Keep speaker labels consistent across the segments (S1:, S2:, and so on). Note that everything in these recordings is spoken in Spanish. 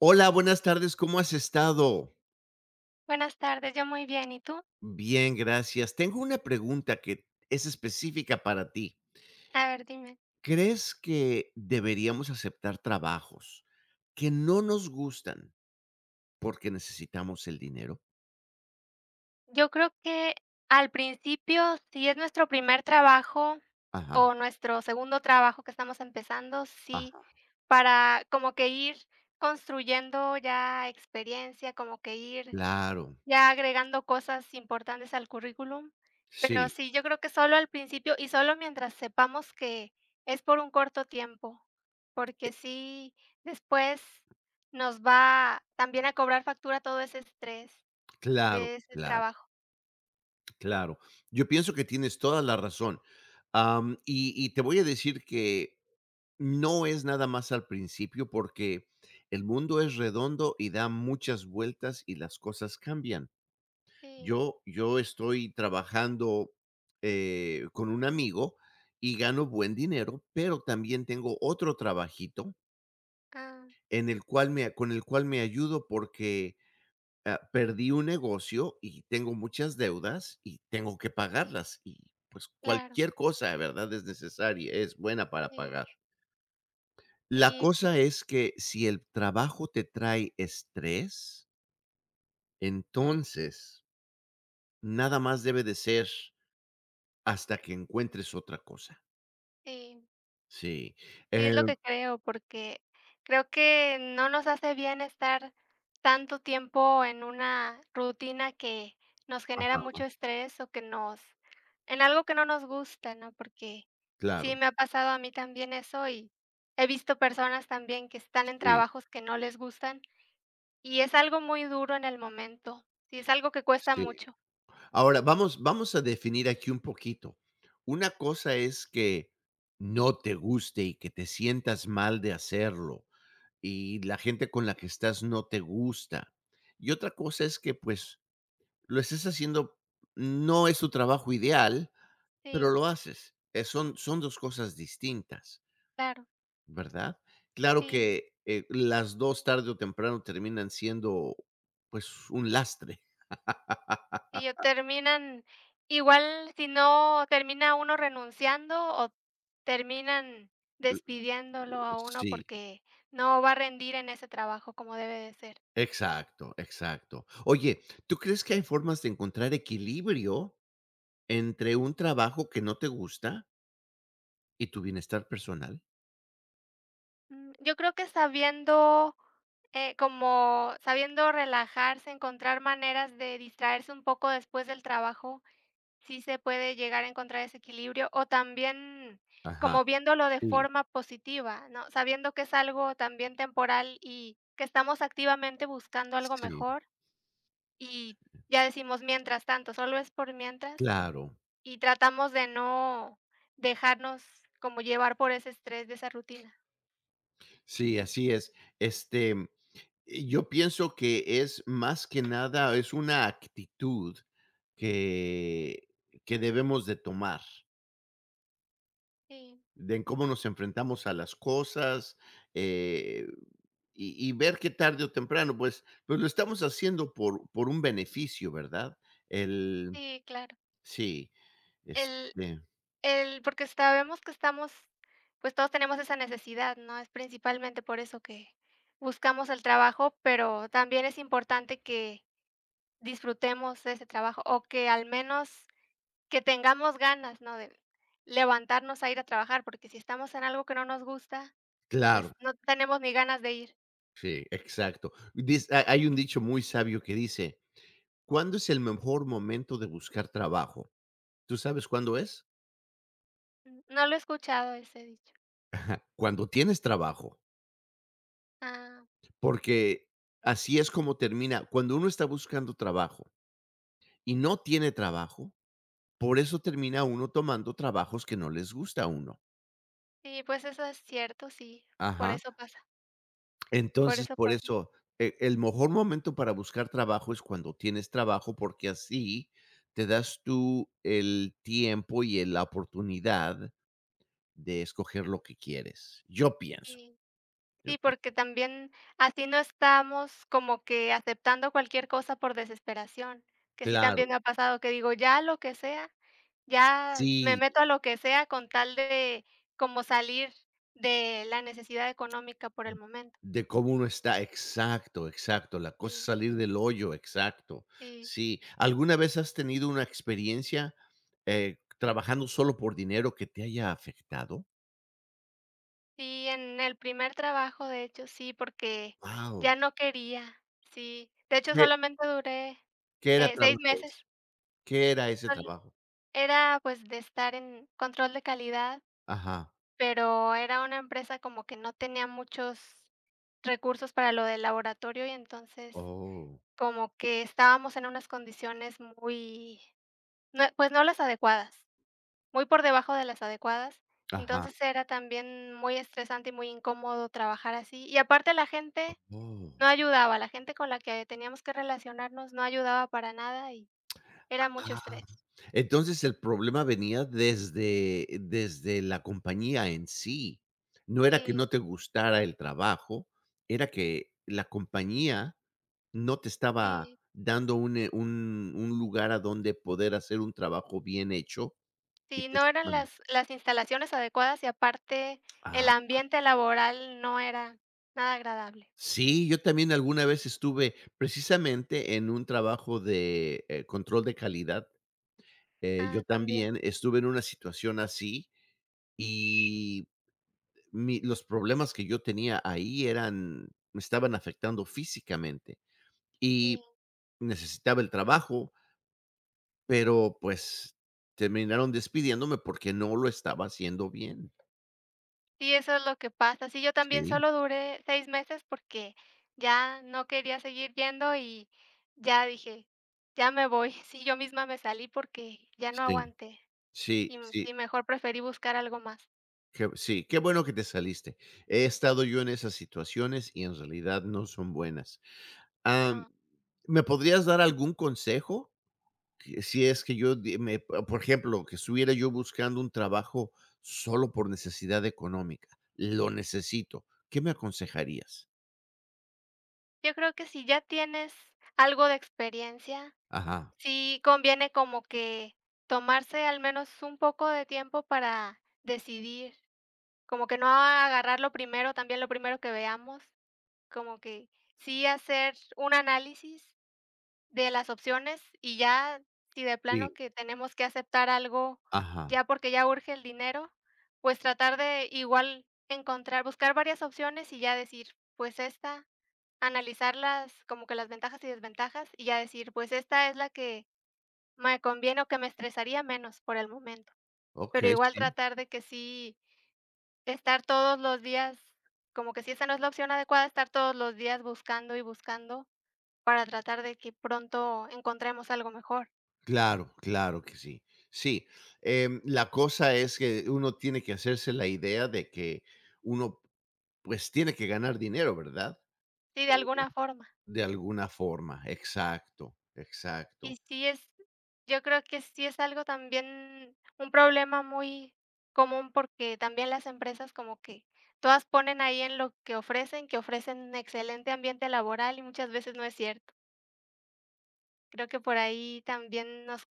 S1: Hola, buenas tardes, ¿cómo has estado?
S2: Buenas tardes, yo muy bien, ¿y tú?
S1: Bien, gracias. Tengo una pregunta que es específica para ti.
S2: A ver, dime.
S1: ¿Crees que deberíamos aceptar trabajos que no nos gustan porque necesitamos el dinero?
S2: Yo creo que al principio, si es nuestro primer trabajo
S1: Ajá,
S2: o nuestro segundo trabajo que estamos empezando, sí,
S1: ajá,
S2: para como que ir construyendo ya experiencia, como que ir
S1: claro,
S2: ya agregando cosas importantes al currículum, pero
S1: sí,
S2: sí, yo creo que solo al principio y solo mientras sepamos que es por un corto tiempo, porque
S1: eh,
S2: sí, después nos va también a cobrar factura todo ese estrés
S1: claro,
S2: de ese
S1: claro,
S2: trabajo.
S1: claro. Yo pienso que tienes toda la razón. Y te voy a decir que no es nada más al principio porque el mundo es redondo y da muchas vueltas y las cosas cambian.
S2: Sí,
S1: Yo estoy trabajando, con un amigo y gano buen dinero, pero también tengo otro trabajito
S2: ah,
S1: en el cual me con el cual me ayudo porque, perdí un negocio y tengo muchas deudas y tengo que pagarlas y, pues,
S2: claro,
S1: cualquier cosa, de ¿verdad?, es buena para
S2: sí,
S1: pagar. La
S2: sí, por
S1: cosa es que si el trabajo te trae estrés, entonces nada más debe de ser hasta que encuentres otra cosa.
S2: sí.
S1: Sí,
S2: Sí,
S1: eh,
S2: es lo que creo, porque creo que no nos hace bien estar tanto tiempo en una rutina que nos genera
S1: ajá,
S2: mucho estrés o que nos en algo que no nos gusta, ¿no? Porque sí
S1: claro.
S2: me ha pasado a mí también eso y he visto personas también que están en
S1: Sí,
S2: trabajos que no les gustan y es algo muy duro en el momento. Sí, es algo que cuesta
S1: sí.
S2: mucho.
S1: Ahora vamos a definir aquí un poquito. Una cosa es que no te guste y que te sientas mal de hacerlo, y la gente con la que estás no te gusta. Y otra cosa es que, pues, lo estés haciendo, no es tu trabajo ideal, pero
S2: Sí,
S1: lo haces. Son 2 cosas distintas,
S2: claro,
S1: ¿verdad? Claro
S2: sí.
S1: que, las 2 tarde o temprano terminan siendo, pues, un lastre.
S2: Y yo terminan igual, si no termina uno renunciando o terminan despidiéndolo a uno
S1: Sí,
S2: porque no va a rendir en ese trabajo como debe de ser.
S1: exacto, exacto. Oye, ¿tú crees que hay formas de encontrar equilibrio entre un trabajo que no te gusta y tu bienestar personal?
S2: Mm, yo creo que sabiendo, como sabiendo relajarse, encontrar maneras de distraerse un poco después del trabajo. Sí se puede llegar a encontrar ese equilibrio o también
S1: Ajá.
S2: como viéndolo de
S1: Sí,
S2: forma positiva, ¿no? Sabiendo que es algo también temporal y que estamos activamente buscando algo
S1: sí,
S2: mejor y ya decimos mientras tanto, solo es por mientras
S1: claro.
S2: y tratamos de no dejarnos como llevar por ese estrés de esa rutina.
S1: Sí, así es. Este, yo pienso que es más que nada, es una actitud que que debemos de tomar,
S2: Sí,
S1: de en cómo nos enfrentamos a las cosas, eh, y ver que tarde o temprano, pues, lo estamos haciendo por un beneficio, ¿verdad? El
S2: sí, claro.
S1: sí, este
S2: El porque sabemos que estamos, pues, todos tenemos esa necesidad, ¿no? Es principalmente por eso que buscamos el trabajo, pero también es importante que disfrutemos ese trabajo, o que al menos que tengamos ganas, ¿no?, de levantarnos a ir a trabajar, porque si estamos en algo que no nos gusta,
S1: claro,
S2: pues no tenemos ni ganas de ir.
S1: sí, exacto. Dis ha hay un dicho muy sabio que dice: "¿Cuándo es el mejor momento de buscar trabajo?". ¿Tú sabes cuándo es?
S2: Mm, no lo he escuchado ese dicho.
S1: Cuando tienes trabajo,
S2: Ah,
S1: porque así es como termina. Cuando uno está buscando trabajo y no tiene trabajo, por eso termina uno tomando trabajos que no les gusta a uno.
S2: sí, pues eso es cierto, sí, por
S1: Ajá.
S2: eso pasa, por
S1: Entonces,
S2: eso
S1: por
S2: pasa.
S1: eso, el mejor momento para buscar trabajo es cuando tienes trabajo, porque así te das tú el tiempo y el la oportunidad de escoger lo que quieres. Yo pienso,
S2: Sí.
S1: yo
S2: Sí, porque
S1: pienso.
S2: también así no estamos como que aceptando cualquier cosa por desesperación, que sí también me
S1: Claro,
S2: ha pasado que digo, ya lo que sea, ya me
S1: sí.
S2: meto a lo que sea con tal de como salir de la necesidad económica por el momento.
S1: De cómo uno está, exacto, exacto, la cosa es
S2: Sí,
S1: salir del hoyo, exacto.
S2: sí,
S1: Sí, ¿alguna vez has tenido una experiencia, trabajando solo por dinero que te haya afectado?
S2: sí, en el primer trabajo, de hecho, sí, porque
S1: Wow,
S2: ya no quería, sí. De hecho,
S1: ¿qué
S2: solamente duré
S1: qué era
S2: 6
S1: trabajo ese?
S2: meses.
S1: ¿Qué era ese
S2: Sol-
S1: trabajo?
S2: Era pues de estar en control de calidad.
S1: Ajá,
S2: Pero era una empresa como que no tenía muchos recursos para lo del laboratorio y entonces
S1: oh,
S2: como que estábamos en unas condiciones muy, no, pues no las adecuadas, muy por debajo de las adecuadas.
S1: ajá,
S2: Entonces era también muy estresante y muy incómodo trabajar así. Y aparte la gente
S1: oh.
S2: no ayudaba, la gente con la que teníamos que relacionarnos no ayudaba para nada y era mucho
S1: Ah,
S2: estrés.
S1: entonces el problema venía desde la compañía en sí. No era
S2: Sí,
S1: que no te gustara el trabajo, era que la compañía no te estaba
S2: sí.
S1: dando un, un lugar a donde poder hacer un trabajo bien hecho y
S2: Sí,
S1: te
S2: no eran
S1: estaban
S2: las instalaciones adecuadas y aparte el
S1: ah,
S2: ambiente laboral no era nada agradable.
S1: sí, yo también alguna vez estuve precisamente en un trabajo de, control de calidad, yo
S2: Ah, también,
S1: también estuve en una situación así y los problemas que yo tenía ahí eran, me estaban afectando físicamente
S2: sí.
S1: y necesitaba el trabajo, pero pues terminaron despidiéndome porque no lo estaba haciendo bien.
S2: Sí, eso es lo que pasa. Sí, yo también
S1: Sí,
S2: solo duré 6 meses porque ya no quería seguir yendo y ya dije: "Ya me voy". Sí, yo misma me salí porque ya no
S1: sí,
S2: aguanté
S1: sí,
S2: y
S1: sí.
S2: y mejor preferí buscar algo más.
S1: Qué, sí, qué bueno que te saliste. He estado yo en esas situaciones y en realidad no son buenas. Am,
S2: No,
S1: ¿Me podrías dar algún consejo que si es que yo, me, por ejemplo, que estuviera yo buscando un trabajo solo por necesidad económica, lo necesito, ¿qué me aconsejarías?
S2: yo creo que si ya tienes algo de experiencia.
S1: Ajá,
S2: Sí, conviene como que tomarse al menos un poco de tiempo para decidir, como que no agarrar lo primero, también lo primero que veamos, como que sí hacer un análisis de las opciones y ya si de plano
S1: sí,
S2: que tenemos que aceptar algo
S1: ajá.
S2: ya porque ya urge el dinero, pues tratar de igual encontrar, buscar varias opciones y ya decir, pues esta, analizarlas como que las ventajas y desventajas y ya decir, pues esta es la que me conviene o que me estresaría menos por el momento,
S1: Ok,
S2: pero igual
S1: sí,
S2: tratar de que sí estar todos los días, como que si esa no es la opción adecuada, estar todos los días buscando y buscando para tratar de que pronto encontremos algo mejor,
S1: claro, claro que sí. Sí, la cosa es que uno tiene que hacerse la idea de que uno pues tiene que ganar dinero, ¿verdad?
S2: sí, de alguna forma.
S1: De alguna forma, exacto,
S2: Y
S1: exacto,
S2: sí es yo creo que sí es algo también, un problema muy común, porque también las empresas como que todas ponen ahí en lo que ofrecen un excelente ambiente laboral y muchas veces no es cierto. Creo que por ahí también nos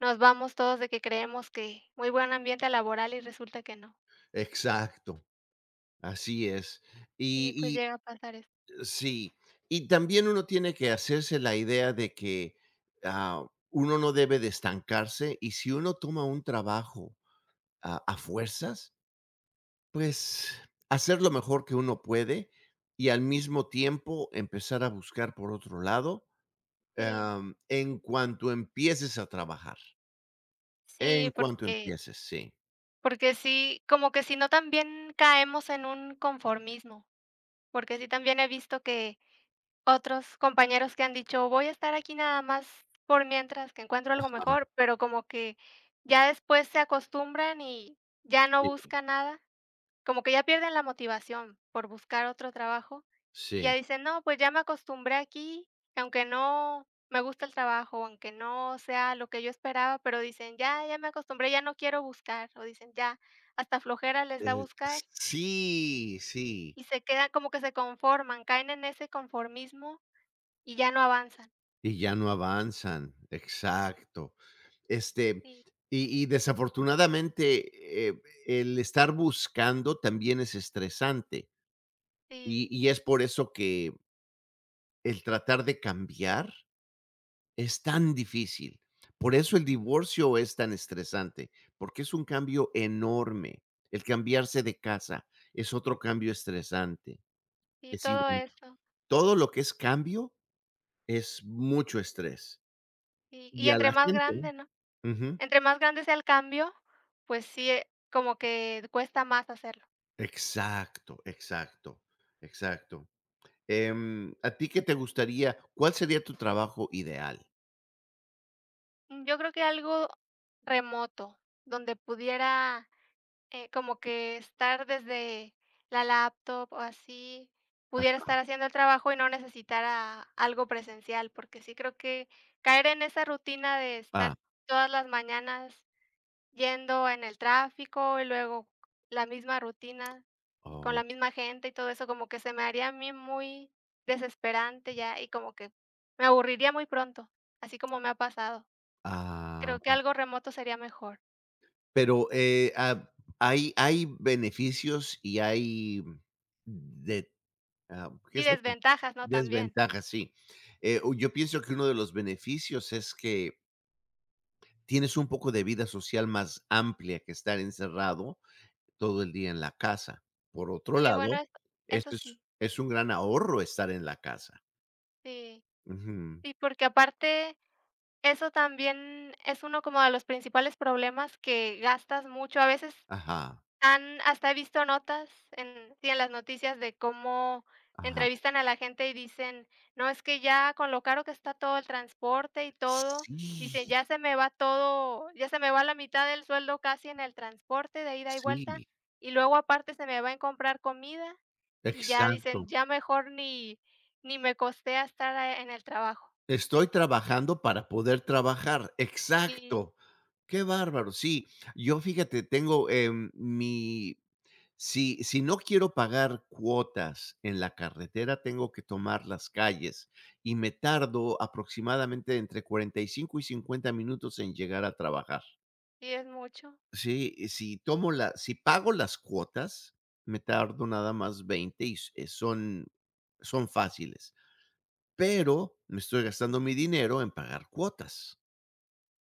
S2: nos vamos todos de que creemos que muy buen ambiente laboral y resulta que no.
S1: exacto, así es.
S2: Y pues llega a pasar eso.
S1: Sí, y también uno tiene que hacerse la idea de que, uno no debe de estancarse, y si uno toma un trabajo a fuerzas, pues, hacer lo mejor que uno puede, y al mismo tiempo empezar a buscar por otro lado,
S2: Sí,
S1: en cuanto empieces a trabajar,
S2: sí,
S1: en cuanto
S2: porque
S1: empieces, sí.
S2: porque sí, como que si no también caemos en un conformismo, porque sí también he visto que otros compañeros que han dicho: "Voy a estar aquí nada más por mientras que encuentro algo
S1: Ajá,
S2: mejor", pero como que ya después se acostumbran y ya no
S1: sí,
S2: buscan nada. Como que ya pierden la motivación por buscar otro trabajo, y ya
S1: sí.
S2: dicen: "No, pues ya me acostumbré aquí, aunque no me gusta el trabajo, aunque no sea lo que yo esperaba", pero dicen: "Ya, ya me acostumbré, ya no quiero buscar", o dicen: "Ya", hasta flojera les da buscar,
S1: Sí, sí,
S2: y se quedan como que se conforman, caen en ese conformismo y ya no avanzan.
S1: y ya no avanzan, exacto. Este,
S2: Sí,
S1: y desafortunadamente el estar buscando también es estresante. Y,
S2: sí,
S1: y es por eso que el tratar de cambiar es tan difícil. Por eso el divorcio es tan estresante, porque es un cambio enorme. El cambiarse de casa es otro cambio estresante.
S2: sí,
S1: Es
S2: todo
S1: igual.
S2: eso.
S1: Todo lo que es cambio es mucho estrés.
S2: Sí,
S1: Y
S2: y
S1: a
S2: entre
S1: la
S2: más
S1: gente.
S2: grande, ¿no?
S1: Ujú.
S2: Entre más grande sea el cambio, pues sí, como que cuesta más hacerlo.
S1: Exacto, exacto, exacto. ¿A ti qué te gustaría? ¿Cuál sería tu trabajo ideal?
S2: Mm, yo creo que algo remoto, donde pudiera, como que estar desde la laptop o así,
S1: Ah,
S2: pudiera estar haciendo el trabajo y no necesitara algo presencial, porque sí creo que caer en esa rutina de
S1: ah,
S2: estar todas las mañanas yendo en el tráfico y luego la misma rutina y con
S1: oh,
S2: la misma gente y todo eso, como que se me haría a mí muy desesperante ya y como que me aburriría muy pronto, así como me ha pasado. Creo que
S1: ah.
S2: algo remoto sería mejor.
S1: Pero, ¿hay beneficios y hay de qué
S2: Y
S1: es lo que
S2: desventajas, ¿no? También.
S1: desventajas? Sí, o yo pienso que uno de los beneficios es que tienes un poco de vida social más amplia que estar encerrado todo el día en la casa. Por otro
S2: Sí, bueno,
S1: lado,
S2: eso eso
S1: este es
S2: sí,
S1: es un gran ahorro estar en la casa.
S2: sí.
S1: Ujú.
S2: Sí, porque aparte, eso también es uno como de los principales problemas que gastas mucho. A veces
S1: Ajá,
S2: han hasta he visto notas en sí, en las noticias de cómo
S1: ajá.
S2: entrevistan a la gente y dicen: "No, es que ya con lo caro que está todo el transporte y todo", dicen:
S1: Sí,
S2: "Ya se me va todo, ya se me va la mitad del sueldo casi en el transporte de ida y vuelta,
S1: sí,
S2: y luego aparte se me va en comprar comida", y ya dicen:
S1: exacto.
S2: "Ya mejor ni me costea estar, ah, en el trabajo".
S1: Estoy trabajando para poder trabajar,
S2: Sí,
S1: exacto. Qué bárbaro, sí. Yo, fíjate, tengo, mi si si no quiero pagar cuotas en la carretera, tengo que tomar las calles, y me tardo aproximadamente entre 45 y 50 minutos en llegar a trabajar.
S2: sí es mucho.
S1: Sí, y si tomo la si pago las cuotas, me tardo nada más 20 y s son son fáciles, pero me estoy gastando mi dinero en pagar cuotas.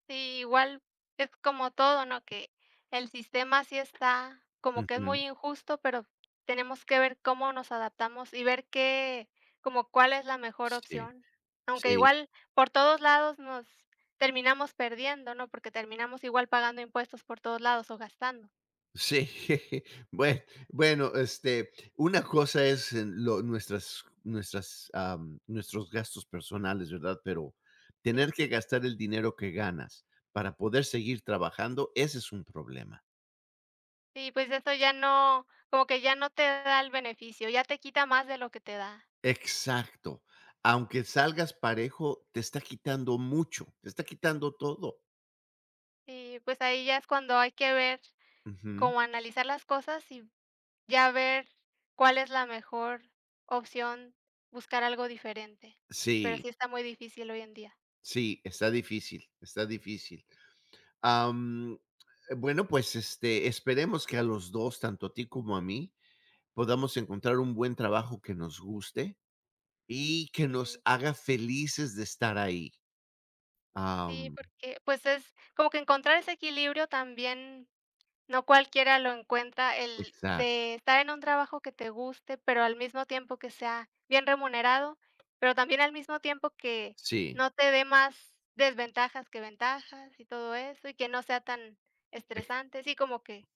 S2: Sí, igual es como todo, ¿no? Que el sistema sí está como que es
S1: Ujú.
S2: muy injusto, pero tenemos que ver cómo nos adaptamos y ver qué, como cuál es la mejor
S1: Sí,
S2: opción. Aunque
S1: sí,
S2: igual por todos lados nos terminamos perdiendo, ¿no? Porque terminamos igual pagando impuestos por todos lados o gastando.
S1: sí. Bue bueno, este, una cosa es en lo nuestros gastos personales, ¿verdad? Pero tener
S2: Sí.
S1: que gastar el dinero que ganas para poder seguir trabajando, ese es un problema.
S2: Sí, pues eso ya no, como que ya no te da el beneficio, ya te quita más de lo que te da.
S1: Exacto. Aunque salgas parejo, te está quitando mucho, te está quitando todo.
S2: Y pues ahí ya es cuando hay que ver,
S1: Ujú.
S2: como analizar las cosas y ya ver cuál es la mejor opción, buscar algo diferente, pero
S1: Sí,
S2: sí está muy difícil hoy en día.
S1: sí, está difícil, está difícil. Am, bueno, pues, este, esperemos que a los 2, tanto a ti como a mí, podamos encontrar un buen trabajo que nos guste y que nos
S2: Sí,
S1: haga felices de estar ahí.
S2: sí,
S1: Am,
S2: porque pues es como que encontrar ese equilibrio también, no cualquiera lo encuentra, el
S1: exacto.
S2: de estar en un trabajo que te guste, pero al mismo tiempo que sea bien remunerado, pero también al mismo tiempo que
S1: Sí,
S2: no te dé más desventajas que ventajas y todo eso, y que no sea tan
S1: ex
S2: estresante, sí, como que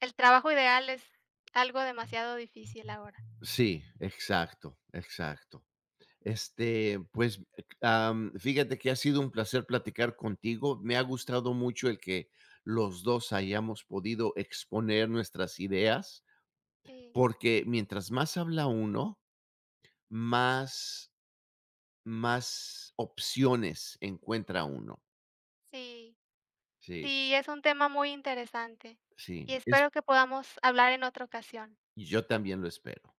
S2: el trabajo ideal es algo demasiado difícil ahora.
S1: sí, exacto, exacto. Este, pues, fíjate que ha sido un placer platicar contigo. Me ha gustado mucho el que los 2 hayamos podido exponer nuestras ideas,
S2: Sí,
S1: porque mientras más habla uno más más opciones encuentra uno.
S2: sí,
S1: Sí,
S2: sí, es un tema muy interesante
S1: sí,
S2: y
S1: es
S2: espero que podamos hablar en otra ocasión.
S1: yo también lo espero.